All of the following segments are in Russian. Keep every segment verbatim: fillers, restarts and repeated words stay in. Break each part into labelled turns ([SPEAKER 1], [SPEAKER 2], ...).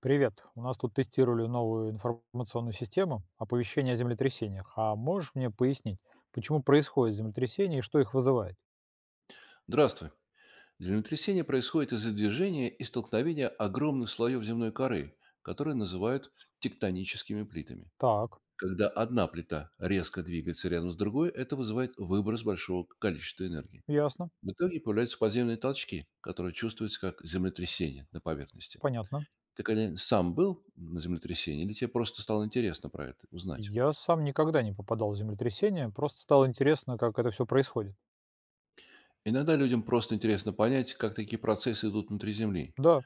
[SPEAKER 1] Привет. У нас тут тестировали новую информационную систему оповещения о землетрясениях. А можешь мне пояснить, почему происходит землетрясение и что их вызывает?
[SPEAKER 2] Здравствуй. Землетрясение происходит из-за движения и столкновения огромных слоев земной коры, которые называют тектоническими плитами.
[SPEAKER 1] Так,
[SPEAKER 2] Когда одна плита резко двигается рядом с другой, это вызывает выброс большого количества энергии.
[SPEAKER 1] ясно,
[SPEAKER 2] В итоге появляются подземные толчки, которые чувствуются как землетрясение на поверхности.
[SPEAKER 1] понятно.
[SPEAKER 2] Ты когда сам был на землетрясении или тебе просто стало интересно про это узнать?
[SPEAKER 1] Я сам никогда не попадал в землетрясение, просто стало интересно, как это все происходит.
[SPEAKER 2] Иногда людям просто интересно понять, как такие процессы идут внутри Земли.
[SPEAKER 1] Да,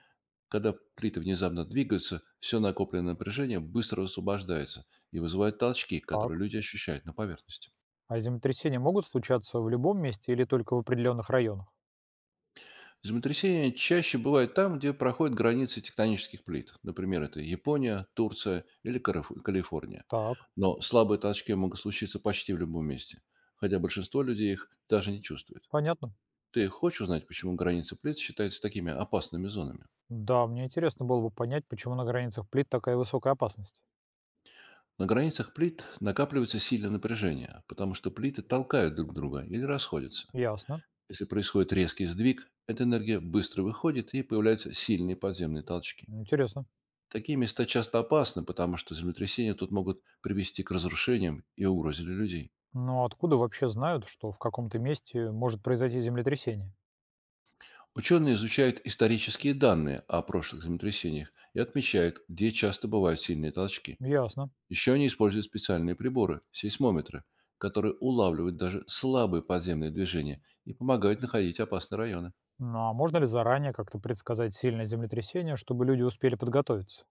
[SPEAKER 2] Когда плиты внезапно двигаются, все накопленное напряжение быстро освобождается и вызывает толчки,
[SPEAKER 1] так.
[SPEAKER 2] которые люди ощущают на поверхности.
[SPEAKER 1] А землетрясения могут случаться в любом месте или только в определенных районах?
[SPEAKER 2] Землетрясения чаще бывают там, где проходят границы тектонических плит. Например, это Япония, Турция или Кариф- Калифорния.
[SPEAKER 1] Так,
[SPEAKER 2] Но слабые толчки могут случиться почти в любом месте, хотя большинство людей их даже не чувствует.
[SPEAKER 1] понятно.
[SPEAKER 2] Ты хочешь узнать, почему границы плит считаются такими опасными зонами?
[SPEAKER 1] Да, мне интересно было бы понять, почему на границах плит такая высокая опасность.
[SPEAKER 2] На границах плит накапливается сильное напряжение, потому что плиты толкают друг друга или расходятся.
[SPEAKER 1] Ясно.
[SPEAKER 2] Если происходит резкий сдвиг, эта энергия быстро выходит и появляются сильные подземные толчки.
[SPEAKER 1] Интересно.
[SPEAKER 2] Такие места часто опасны, потому что землетрясения тут могут привести к разрушениям и угрозе для людей.
[SPEAKER 1] Но откуда вообще знают, что в каком-то месте может произойти землетрясение?
[SPEAKER 2] Ученые изучают исторические данные о прошлых землетрясениях и отмечают, где часто бывают сильные толчки.
[SPEAKER 1] Ясно.
[SPEAKER 2] Еще они используют специальные приборы– сейсмометры, которые улавливают даже слабые подземные движения и помогают находить опасные районы.
[SPEAKER 1] Ну а можно ли заранее как-то предсказать сильное землетрясение, чтобы люди успели подготовиться?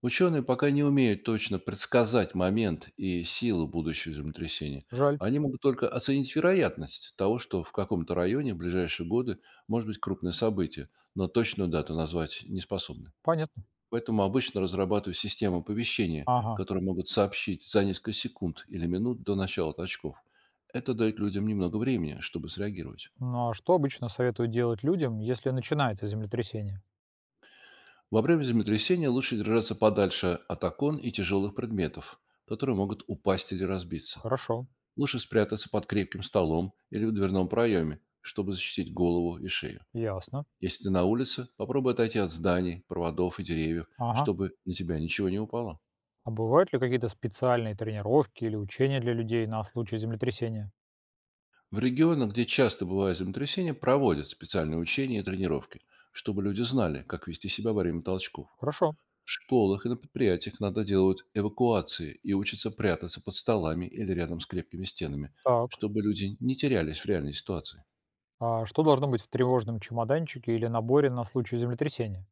[SPEAKER 2] Ученые пока не умеют точно предсказать момент и силу будущего землетрясения.
[SPEAKER 1] Жаль.
[SPEAKER 2] Они могут только оценить вероятность того, что в каком-то районе в ближайшие годы может быть крупное событие, но точную дату назвать не способны.
[SPEAKER 1] Понятно.
[SPEAKER 2] Поэтому обычно разрабатывают системы оповещения,
[SPEAKER 1] Ага.
[SPEAKER 2] которые могут сообщить за несколько секунд или минут до начала толчков. Это дает людям немного времени, чтобы среагировать.
[SPEAKER 1] Ну а что обычно советуют делать людям, если начинается землетрясение?
[SPEAKER 2] Во время землетрясения лучше держаться подальше от окон и тяжелых предметов, которые могут упасть или разбиться.
[SPEAKER 1] Хорошо.
[SPEAKER 2] Лучше спрятаться под крепким столом или в дверном проеме, чтобы защитить голову и шею.
[SPEAKER 1] Ясно.
[SPEAKER 2] Если ты на улице, попробуй отойти от зданий, проводов и деревьев,
[SPEAKER 1] Ага.
[SPEAKER 2] чтобы на тебя ничего не упало.
[SPEAKER 1] А бывают ли какие-то специальные тренировки или учения для людей на случай землетрясения?
[SPEAKER 2] В регионах, где часто бывают землетрясения, проводят специальные учения и тренировки, чтобы люди знали, как вести себя во время толчков.
[SPEAKER 1] Хорошо.
[SPEAKER 2] В школах и на предприятиях надо делать эвакуации и учатся прятаться под столами или рядом с крепкими стенами,
[SPEAKER 1] Так.
[SPEAKER 2] чтобы люди не терялись в реальной ситуации.
[SPEAKER 1] А что должно быть в тревожном чемоданчике или наборе на случай землетрясения?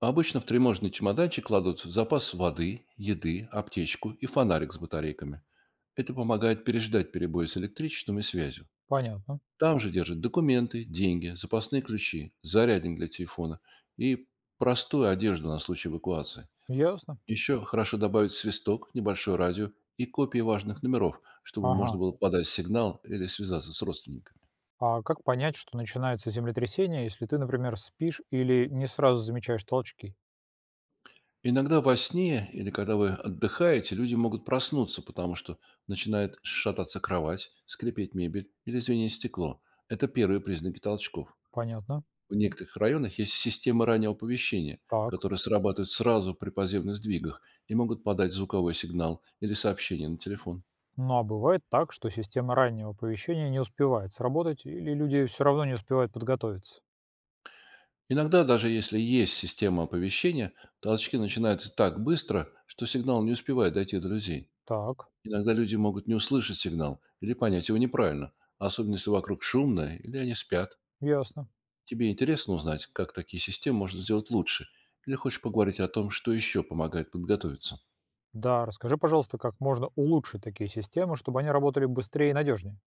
[SPEAKER 2] Обычно в тревожный чемоданчик кладут запас воды, еды, аптечку и фонарик с батарейками. Это помогает переждать перебои с электричеством и связью.
[SPEAKER 1] Понятно.
[SPEAKER 2] Там же держат документы, деньги, запасные ключи, зарядник для телефона и простую одежду на случай эвакуации.
[SPEAKER 1] Ясно.
[SPEAKER 2] Еще хорошо добавить свисток, небольшое радио и копии важных номеров, чтобы
[SPEAKER 1] Ага.
[SPEAKER 2] можно было подать сигнал или связаться с родственниками.
[SPEAKER 1] А как понять, что начинается землетрясение, если ты, например, спишь или не сразу замечаешь толчки?
[SPEAKER 2] Иногда во сне или когда вы отдыхаете, люди могут проснуться, потому что начинает шататься кровать, скрипеть мебель или звенеть стекло. Это первые признаки толчков.
[SPEAKER 1] Понятно.
[SPEAKER 2] В некоторых районах есть системы раннего оповещения,
[SPEAKER 1] Так.
[SPEAKER 2] которые срабатывают сразу при поземных сдвигах и могут подать звуковой сигнал или сообщение на телефон.
[SPEAKER 1] Ну а бывает так, что система раннего оповещения не успевает сработать, или люди все равно не успевают подготовиться.
[SPEAKER 2] Иногда, даже если есть система оповещения, толчки начинаются так быстро, что сигнал не успевает дойти до людей.
[SPEAKER 1] Так,
[SPEAKER 2] Иногда люди могут не услышать сигнал или понять его неправильно, особенно если вокруг шумно или они спят.
[SPEAKER 1] ясно.
[SPEAKER 2] Тебе интересно узнать, как такие системы можно сделать лучше, или хочешь поговорить о том, что еще помогает подготовиться?
[SPEAKER 1] Да, расскажи, пожалуйста, как можно улучшить такие системы, чтобы они работали быстрее и надежнее.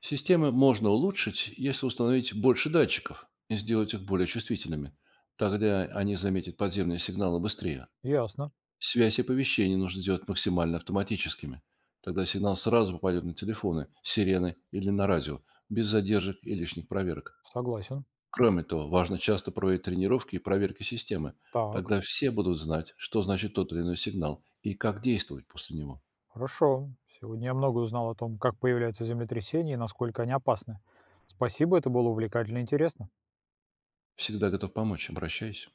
[SPEAKER 2] Системы можно улучшить, если установить больше датчиков и сделать их более чувствительными. Тогда они заметят подземные сигналы быстрее.
[SPEAKER 1] Ясно.
[SPEAKER 2] Связь и оповещения нужно сделать максимально автоматическими. Тогда сигнал сразу попадет на телефоны, сирены или на радио, без задержек и лишних проверок.
[SPEAKER 1] Согласен.
[SPEAKER 2] Кроме того, важно часто проводить тренировки и проверки системы.
[SPEAKER 1] Так.
[SPEAKER 2] Тогда все будут знать, что значит тот или иной сигнал и как действовать после него.
[SPEAKER 1] Хорошо. Сегодня я много узнал о том, как появляются землетрясения и насколько они опасны. Спасибо, это было увлекательно и интересно.
[SPEAKER 2] Всегда готов помочь, обращайся.